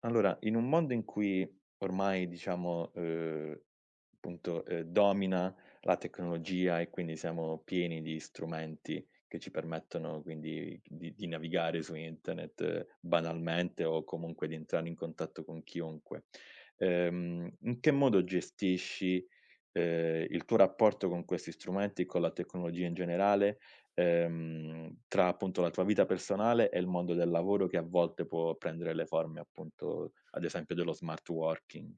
Allora, in un mondo in cui ormai diciamo, appunto, domina la tecnologia e quindi siamo pieni di strumenti che ci permettono quindi di navigare su internet banalmente o comunque di entrare in contatto con chiunque, in che modo gestisci, il tuo rapporto con questi strumenti, con la tecnologia in generale tra appunto la tua vita personale e il mondo del lavoro che a volte può prendere le forme appunto, ad esempio, dello smart working.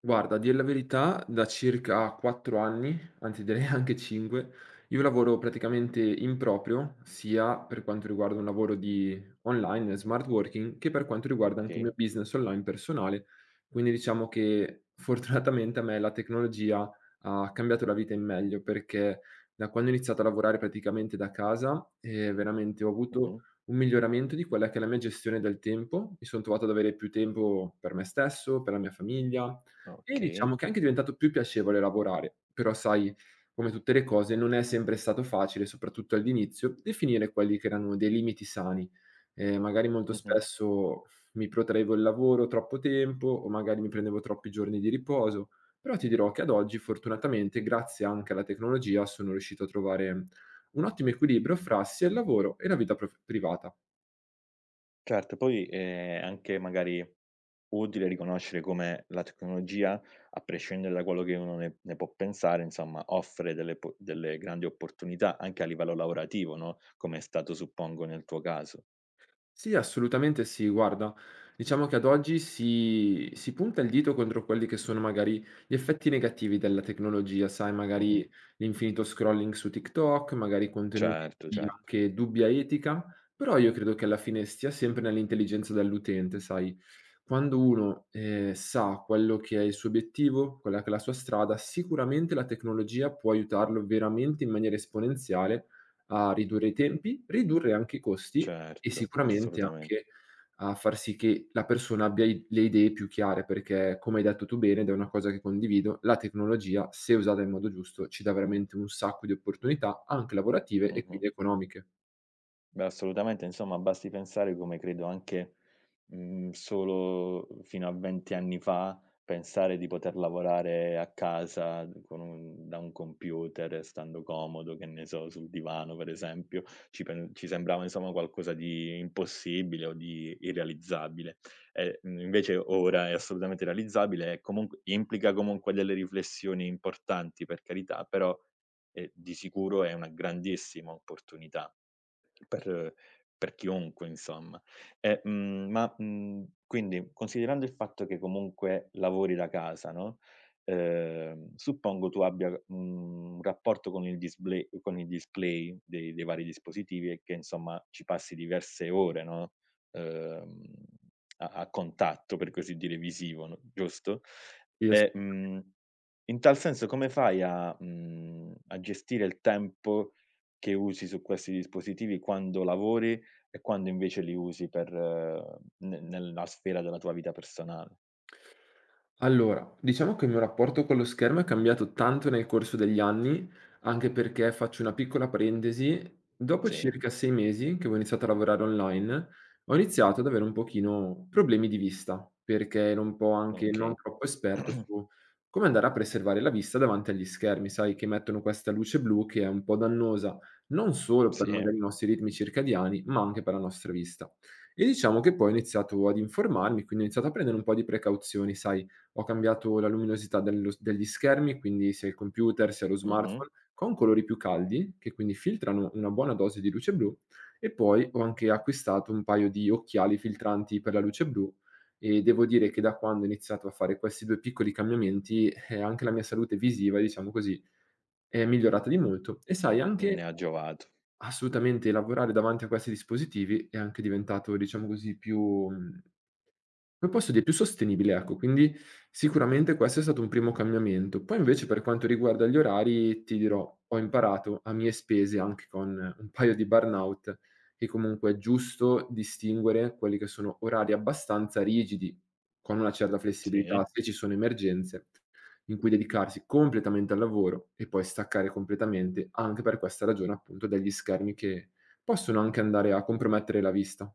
Guarda, a dir la verità, da circa 4 anni, anzi direi anche 5, io lavoro praticamente in proprio, sia per quanto riguarda un lavoro di online, smart working, che per quanto riguarda anche un mio Okay, business online personale. Quindi diciamo che fortunatamente a me la tecnologia ha cambiato la vita in meglio, perché da quando ho iniziato a lavorare praticamente da casa, veramente ho avuto mh-mh, un miglioramento di quella che è la mia gestione del tempo. Mi sono trovato ad avere più tempo per me stesso, per la mia famiglia, e okay, diciamo che è anche diventato più piacevole lavorare, però sai, come tutte le cose, non è sempre stato facile, soprattutto all'inizio, definire quelli che erano dei limiti sani. Magari molto mh-mh. spesso mi protraevo il lavoro troppo tempo o magari mi prendevo troppi giorni di riposo, però ti dirò che ad oggi fortunatamente, grazie anche alla tecnologia, sono riuscito a trovare un ottimo equilibrio fra sia il lavoro e la vita prof privata. Certo, poi è anche magari utile riconoscere come la tecnologia, a prescindere da quello che uno ne può pensare, insomma, offre delle grandi opportunità anche a livello lavorativo, no, come è stato suppongo nel tuo caso. Sì, assolutamente sì. Guarda, diciamo che ad oggi si punta il dito contro quelli che sono magari gli effetti negativi della tecnologia, sai, Mh-mh. magari l'infinito scrolling su TikTok, magari contenuti Certo, di certo, anche dubbia etica, però io credo che alla fine stia sempre nell'intelligenza dell'utente, sai. Quando uno, sa quello che è il suo obiettivo, quella che è la sua strada, sicuramente la tecnologia può aiutarlo veramente in maniera esponenziale a ridurre i tempi, ridurre anche i costi e certo, sicuramente assolutamente. anche a far sì che la persona abbia i le idee più chiare, perché come hai detto tu bene, ed è una cosa che condivido, la tecnologia, se usata in modo giusto, ci dà veramente un sacco di opportunità, anche lavorative e Mh-mh. quindi economiche. Beh, assolutamente, insomma basti pensare come credo anche, solo fino a 20 anni fa, pensare di poter lavorare a casa con un da un computer, stando comodo, che ne so, sul divano per esempio, ci sembrava insomma qualcosa di impossibile o di irrealizzabile. E, invece ora è assolutamente realizzabile e comunque implica comunque delle riflessioni importanti per carità, però, di sicuro è una grandissima opportunità. Per per chiunque insomma. E, ma, quindi considerando il fatto che comunque lavori da casa, no, suppongo tu abbia, un rapporto con il display dei vari dispositivi e che insomma ci passi diverse ore, no, ehm, a contatto per così dire visivo, no, giusto? E E, in tal senso come fai a gestire il tempo che usi su questi dispositivi quando lavori e quando invece li usi per ne nella sfera della tua vita personale. Allora, diciamo che il mio rapporto con lo schermo è cambiato tanto nel corso degli anni, anche perché faccio una piccola parentesi, dopo Sì, circa 6 mesi che ho iniziato a lavorare online, ho iniziato ad avere un pochino problemi di vista, perché ero un po' anche non okay. troppo esperto su come andare a preservare la vista davanti agli schermi, sai, che mettono questa luce blu che è un po' dannosa, non solo Sì, per magari i nostri ritmi circadiani, ma anche per la nostra vista. E diciamo che poi ho iniziato ad informarmi, quindi ho iniziato a prendere un po' di precauzioni, sai, ho cambiato la luminosità dello s degli schermi, quindi sia il computer, sia lo mh-mh, smartphone, con colori più caldi, che quindi filtrano una buona dose di luce blu, e poi ho anche acquistato un paio di occhiali filtranti per la luce blu, e devo dire che da quando ho iniziato a fare questi 2 piccoli cambiamenti, anche la mia salute visiva, diciamo così, è migliorata di molto. E sai anche ne ha giovato. assolutamente, lavorare davanti a questi dispositivi è anche diventato, diciamo così, più mhmm come posso dire, più sostenibile, ecco, quindi sicuramente questo è stato un primo cambiamento. Poi invece per quanto riguarda gli orari, ti dirò, ho imparato a mie spese, anche con un paio di burnout, che comunque è giusto distinguere quelli che sono orari abbastanza rigidi, con una certa flessibilità, Sì. se ci sono emergenze, in cui dedicarsi completamente al lavoro e poi staccare completamente, anche per questa ragione appunto degli schermi che possono anche andare a compromettere la vista.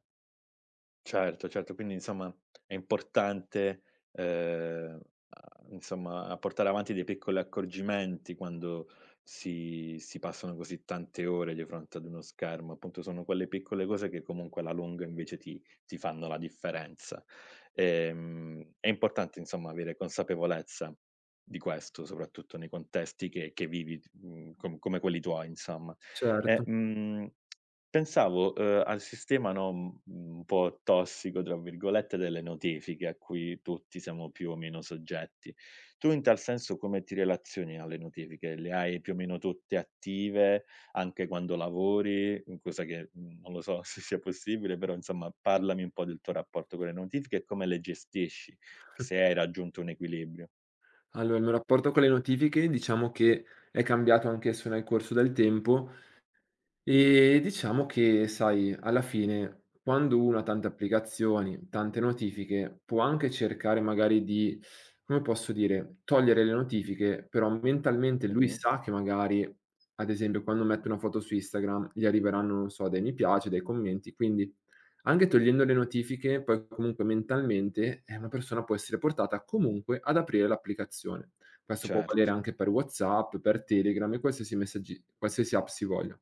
Certo, certo, quindi insomma è importante, ehm, a insomma, a portare avanti dei piccoli accorgimenti quando si passano così tante ore di fronte ad uno schermo. Appunto, sono quelle piccole cose che comunque alla lunga invece ti fanno la differenza. È importante insomma avere consapevolezza di questo, soprattutto nei contesti che vivi, come quelli tuoi insomma. E, Certo. mhmm Pensavo, al sistema, no, un po' "tossico" tra virgolette, delle notifiche a cui tutti siamo più o meno soggetti. Tu in tal senso come ti relazioni alle notifiche? Le hai più o meno tutte attive, anche quando lavori? Mhmm, cosa che, non lo so se sia possibile, però insomma parlami un po' del tuo rapporto con le notifiche e come le gestisci, se hai raggiunto un equilibrio. Allora, il mio rapporto con le notifiche diciamo che è cambiato anch'esso nel corso del tempo. Diciamo che sai, alla fine quando uno ha tante applicazioni, tante notifiche, può anche cercare magari di, come posso dire, togliere le notifiche, però mentalmente lui Mh-mh, sa che magari, ad esempio, quando mette una foto su Instagram gli arriveranno, non so, dei mi piace, dei commenti, quindi anche togliendo le notifiche, poi comunque mentalmente, una persona può essere portata comunque ad aprire l'applicazione. Questo può certo. valere anche per WhatsApp, per Telegram e qualsiasi app si voglia.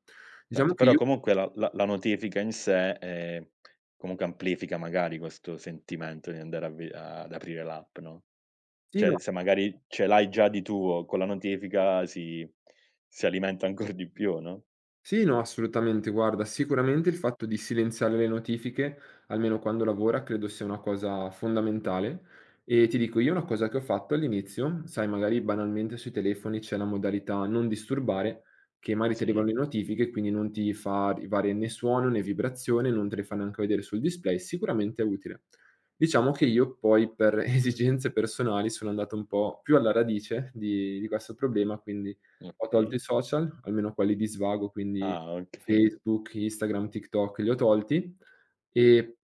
Diciamo Certo, che però io comunque la notifica in sé, comunque amplifica magari questo sentimento di andare a ve a ad aprire l'app, no, sì, cioè no, se magari ce l'hai già di tuo, con la notifica si alimenta ancor di più, no? sì, no, assolutamente. Guarda, sicuramente il fatto di silenziare le notifiche, almeno quando lavora, credo sia una cosa fondamentale. E ti dico, io una cosa che ho fatto all'inizio, sai, magari banalmente sui telefoni c'è la modalità non disturbare, che magari ti Sì, arrivano le notifiche, quindi non ti fa arrivare né suono né vibrazione, non te le fa neanche vedere sul display, sicuramente è utile. Diciamo che io poi per esigenze personali sono andato un po' più alla radice di questo problema, quindi ho tolto okay. i social, almeno quelli di svago, quindi Ah, okay, Facebook, Instagram, TikTok li ho tolti, e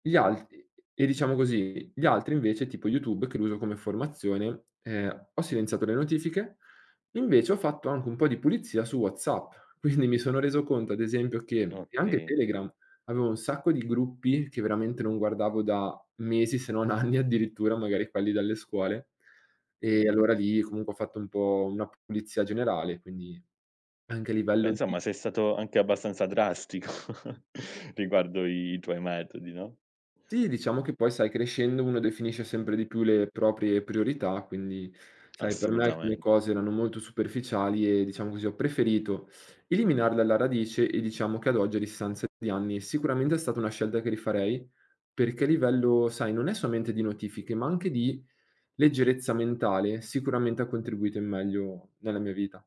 gli altri, e diciamo così, gli altri invece tipo YouTube che lo uso come formazione, ho silenziato le notifiche, invece ho fatto anche un po' di pulizia su WhatsApp. Quindi mi sono reso conto ad esempio che e anche okay. Telegram, avevo un sacco di gruppi che veramente non guardavo da mesi se non anni addirittura, magari quelli dalle scuole, e Mh-mh. allora lì comunque ho fatto un po' una pulizia generale, quindi anche a Beh, livello insomma di sei stato anche abbastanza drastico riguardo i tuoi metodi, no? sì, diciamo che poi sai crescendo uno definisce sempre di più le proprie priorità, quindi sai per me alcune Assolutamente. cose erano molto superficiali e diciamo così ho preferito eliminarle alla radice, e diciamo che ad oggi a distanza di anni sicuramente è stata una scelta che rifarei, perché a livello sai non è solamente di notifiche, ma anche di leggerezza mentale, sicuramente ha contribuito in meglio nella mia vita.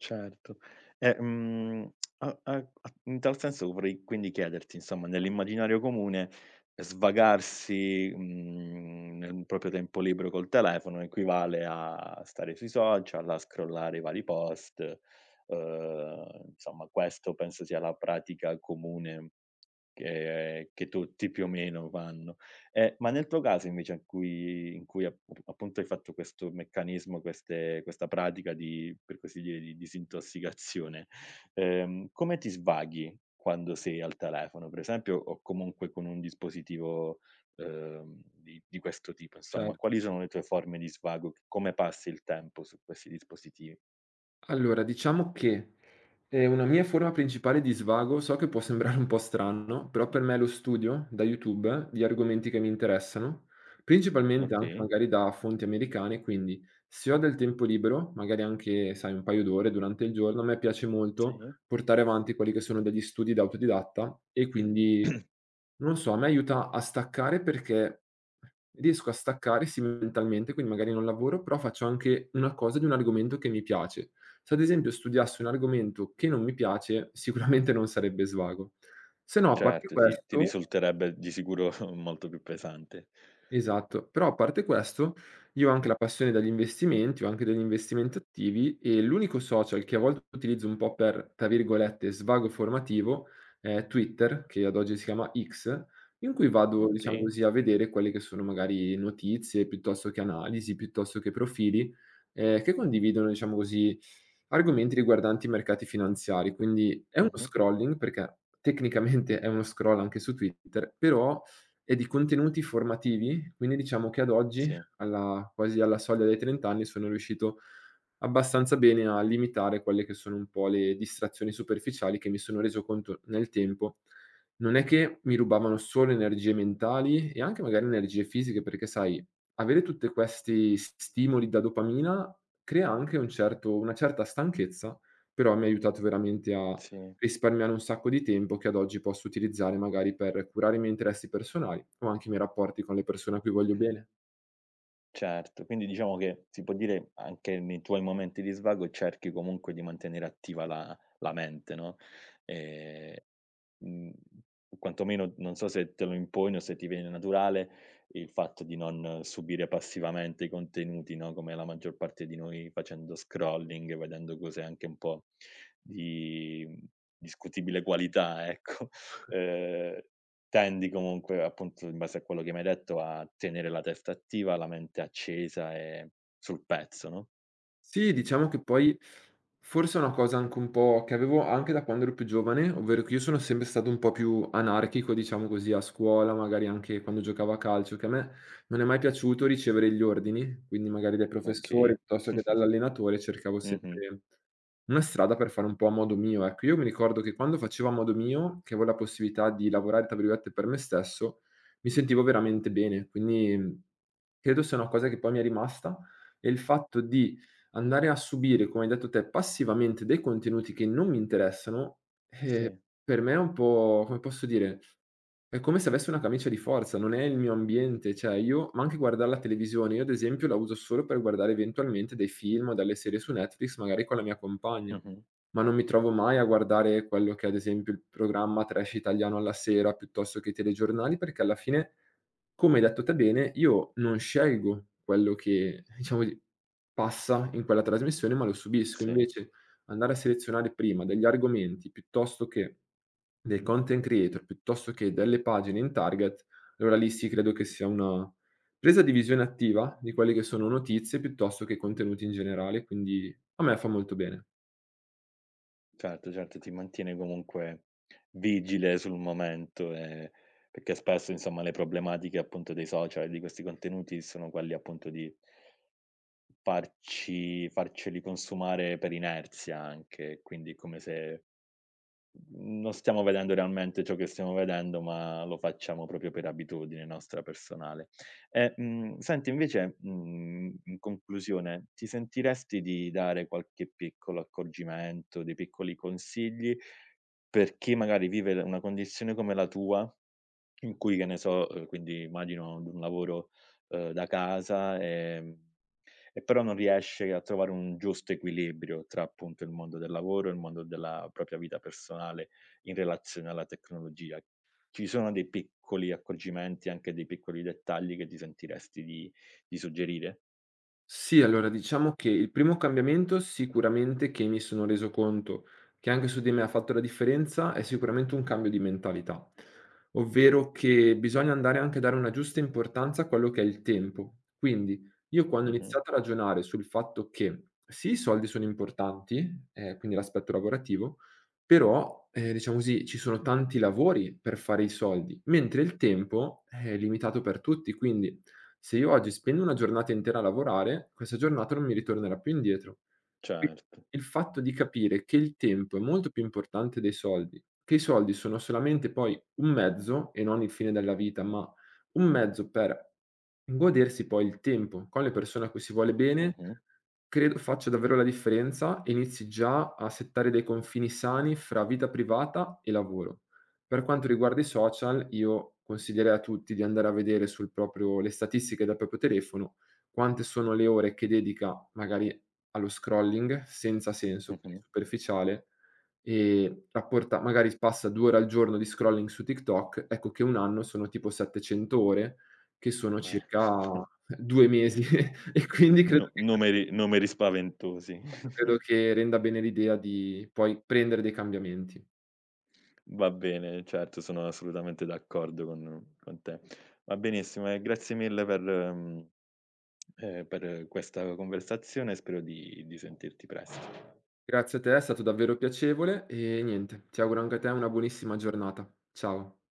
Certo. E, a a a in tal senso vorrei quindi chiederti, insomma, nell'immaginario comune svagarsi, nel proprio tempo libero col telefono equivale a stare sui social, a scrollare i vari post, insomma questo penso sia la pratica comune che tutti più o meno fanno. Ma nel tuo caso invece in cui appunto hai fatto questo meccanismo, queste questa pratica di, per così dire, di disintossicazione, come ti svaghi quando sei al telefono, per esempio, o comunque con un dispositivo, di questo tipo, insomma? Certo. Quali sono le tue forme di svago? Come passi il tempo su questi dispositivi? Allora diciamo che è una mia forma principale di svago, so che può sembrare un po' strano, però per me è lo studio da YouTube di argomenti che mi interessano, principalmente anche Okay, magari da fonti americane, quindi se ho del tempo libero, magari anche, sai, un paio d'ore durante il giorno, a me piace molto sì. portare avanti quelli che sono degli studi da autodidatta, e quindi non so, a me aiuta a staccare perché riesco a staccare sì mentalmente, quindi magari non lavoro, però faccio anche una cosa di un argomento che mi piace. Se ad esempio studiassi un argomento che non mi piace, sicuramente non sarebbe svago. Se no, a parte Certo, ti questo risulterebbe di sicuro molto più pesante. esatto, però a parte questo, io ho anche la passione dagli investimenti, ho anche degli investimenti attivi e l'unico social che a volte utilizzo un po' per, tra virgolette, "svago formativo" è Twitter, che ad oggi si chiama X, in cui vado, diciamo Okay. così, a vedere quelle che sono magari notizie, piuttosto che analisi, piuttosto che profili, che condividono, diciamo così, argomenti riguardanti i mercati finanziari. Quindi è uno Mh-mh. scrolling, perché tecnicamente è uno scroll anche su Twitter, però e di contenuti formativi, quindi diciamo che ad oggi, Sì, alla soglia dei 30 anni, sono riuscito abbastanza bene a limitare quelle che sono un po' le distrazioni superficiali che mi sono reso conto nel tempo, non è che mi rubavano solo energie mentali e anche magari energie fisiche, perché sai, avere tutte questi s stimoli da dopamina crea anche un certo una certa stanchezza, però mi ha aiutato veramente a sì. risparmiare un sacco di tempo che ad oggi posso utilizzare magari per curare i miei interessi personali o anche i miei rapporti con le persone a cui voglio bene. Certo, quindi diciamo che si può dire anche nei tuoi momenti di svago cerchi comunque di mantenere attiva la mente, no, ehm, mhmm, quantomeno non so se te lo imponi o se ti viene naturale il fatto di non subire passivamente i contenuti, no, come la maggior parte di noi facendo scrolling, vedendo cose anche un po' di discutibile qualità, ecco. Ehm Tendi comunque, appunto, in base a quello che mi hai detto, a tenere la testa attiva, la mente accesa e sul pezzo, no, Sì, diciamo che poi forse è una cosa anche un po' che avevo anche da quando ero più giovane, ovvero che io sono sempre stato un po' più anarchico, diciamo così, a scuola, magari anche quando giocavo a calcio, che a me non è mai piaciuto ricevere gli ordini, quindi magari dai professori okay. piuttosto che dall'allenatore cercavo Mh-mh. sempre una strada per fare un po' a modo mio. Ecco, io mi ricordo che quando facevo a modo mio, che avevo la possibilità di lavorare, tra virgolette, per me stesso, mi sentivo veramente bene, quindi credo sia una cosa che poi mi è rimasta, è il fatto di andare a subire, come hai detto te, passivamente dei contenuti che non mi interessano. ehm, Sì, per me è un po' come posso dire è come se avessi una camicia di forza, non è il mio ambiente, cioè io ma anche guardar la televisione, io ad esempio la uso solo per guardare eventualmente dei film o delle serie su Netflix, magari con la mia compagna, mh-mh. ma non mi trovo mai a guardare quello che è ad esempio il programma trash italiano alla sera, piuttosto che i telegiornali, perché alla fine, come hai detto te bene, io non scelgo quello che, diciamo, di passa in quella trasmissione, ma lo subisco. Sì, Invece andare a selezionare prima degli argomenti piuttosto che dei content creator, piuttosto che delle pagine in target, allora lì sì credo che sia una presa di visione attiva di quelle che sono notizie piuttosto che contenuti in generale, quindi a me fa molto bene. certo, certo, ti mantiene comunque vigile sul momento, perché spesso, insomma, le problematiche, appunto, dei social e di questi contenuti sono quelli, appunto, di farci farceli consumare per inerzia anche, quindi è come se Mhmm, non stiamo vedendo realmente ciò che stiamo vedendo, ma lo facciamo proprio per abitudine nostra personale. E, senti invece, in conclusione, ti sentiresti di dare qualche piccolo accorgimento, dei piccoli consigli per chi magari vive l una condizione come la tua, in cui, che ne so, quindi immagino un lavoro, da casa, e però non riesce a trovare un giusto equilibrio tra appunto il mondo del lavoro e il mondo della propria vita personale in relazione alla tecnologia. Ci sono dei piccoli accorgimenti, anche dei piccoli dettagli che ti sentiresti di suggerire? Sì, allora diciamo che il primo cambiamento sicuramente che mi sono reso conto che anche su di me ha fatto la differenza è sicuramente un cambio di mentalità, ovvero che bisogna andare anche a dare una giusta importanza a quello che è il tempo. Quindi io quando ho Mh-mh. iniziato a ragionare sul fatto che sì, i soldi sono importanti, quindi l'aspetto lavorativo, però, diciamo così, ci sono tanti lavori per fare i soldi, mentre il tempo è limitato per tutti, quindi se io oggi spendo una giornata intera a lavorare, questa giornata non mi ritornerà più indietro. Quindi Certo. il fatto di capire che il tempo è molto più importante dei soldi, che i soldi sono solamente poi un mezzo e non il fine della vita, ma un mezzo per godersi poi il tempo con le persone a cui si vuole bene, Mh-mh, credo faccia davvero la differenza e inizi già a settare dei confini sani fra vita privata e lavoro. Per quanto riguarda i social, io consiglierei a tutti di andare a vedere sul proprio le statistiche del proprio telefono, quante sono le ore che dedica magari allo scrolling senza senso, quindi mh-mh. superficiale, e rapporta magari s passa 2 ore al giorno di scrolling su TikTok, ecco che 1 anno sono tipo 700 ore, che sono Eh. circa 2 mesi e quindi No, credo che numeri, numeri spaventosi. credo che renda bene l'idea di poi prendere dei cambiamenti. Va bene, certo, sono assolutamente d'accordo con te. Va benissimo e grazie mille per questa conversazione e spero di sentirti presto. Grazie a te, è stato davvero piacevole e niente, ti auguro anche a te una buonissima giornata. Ciao.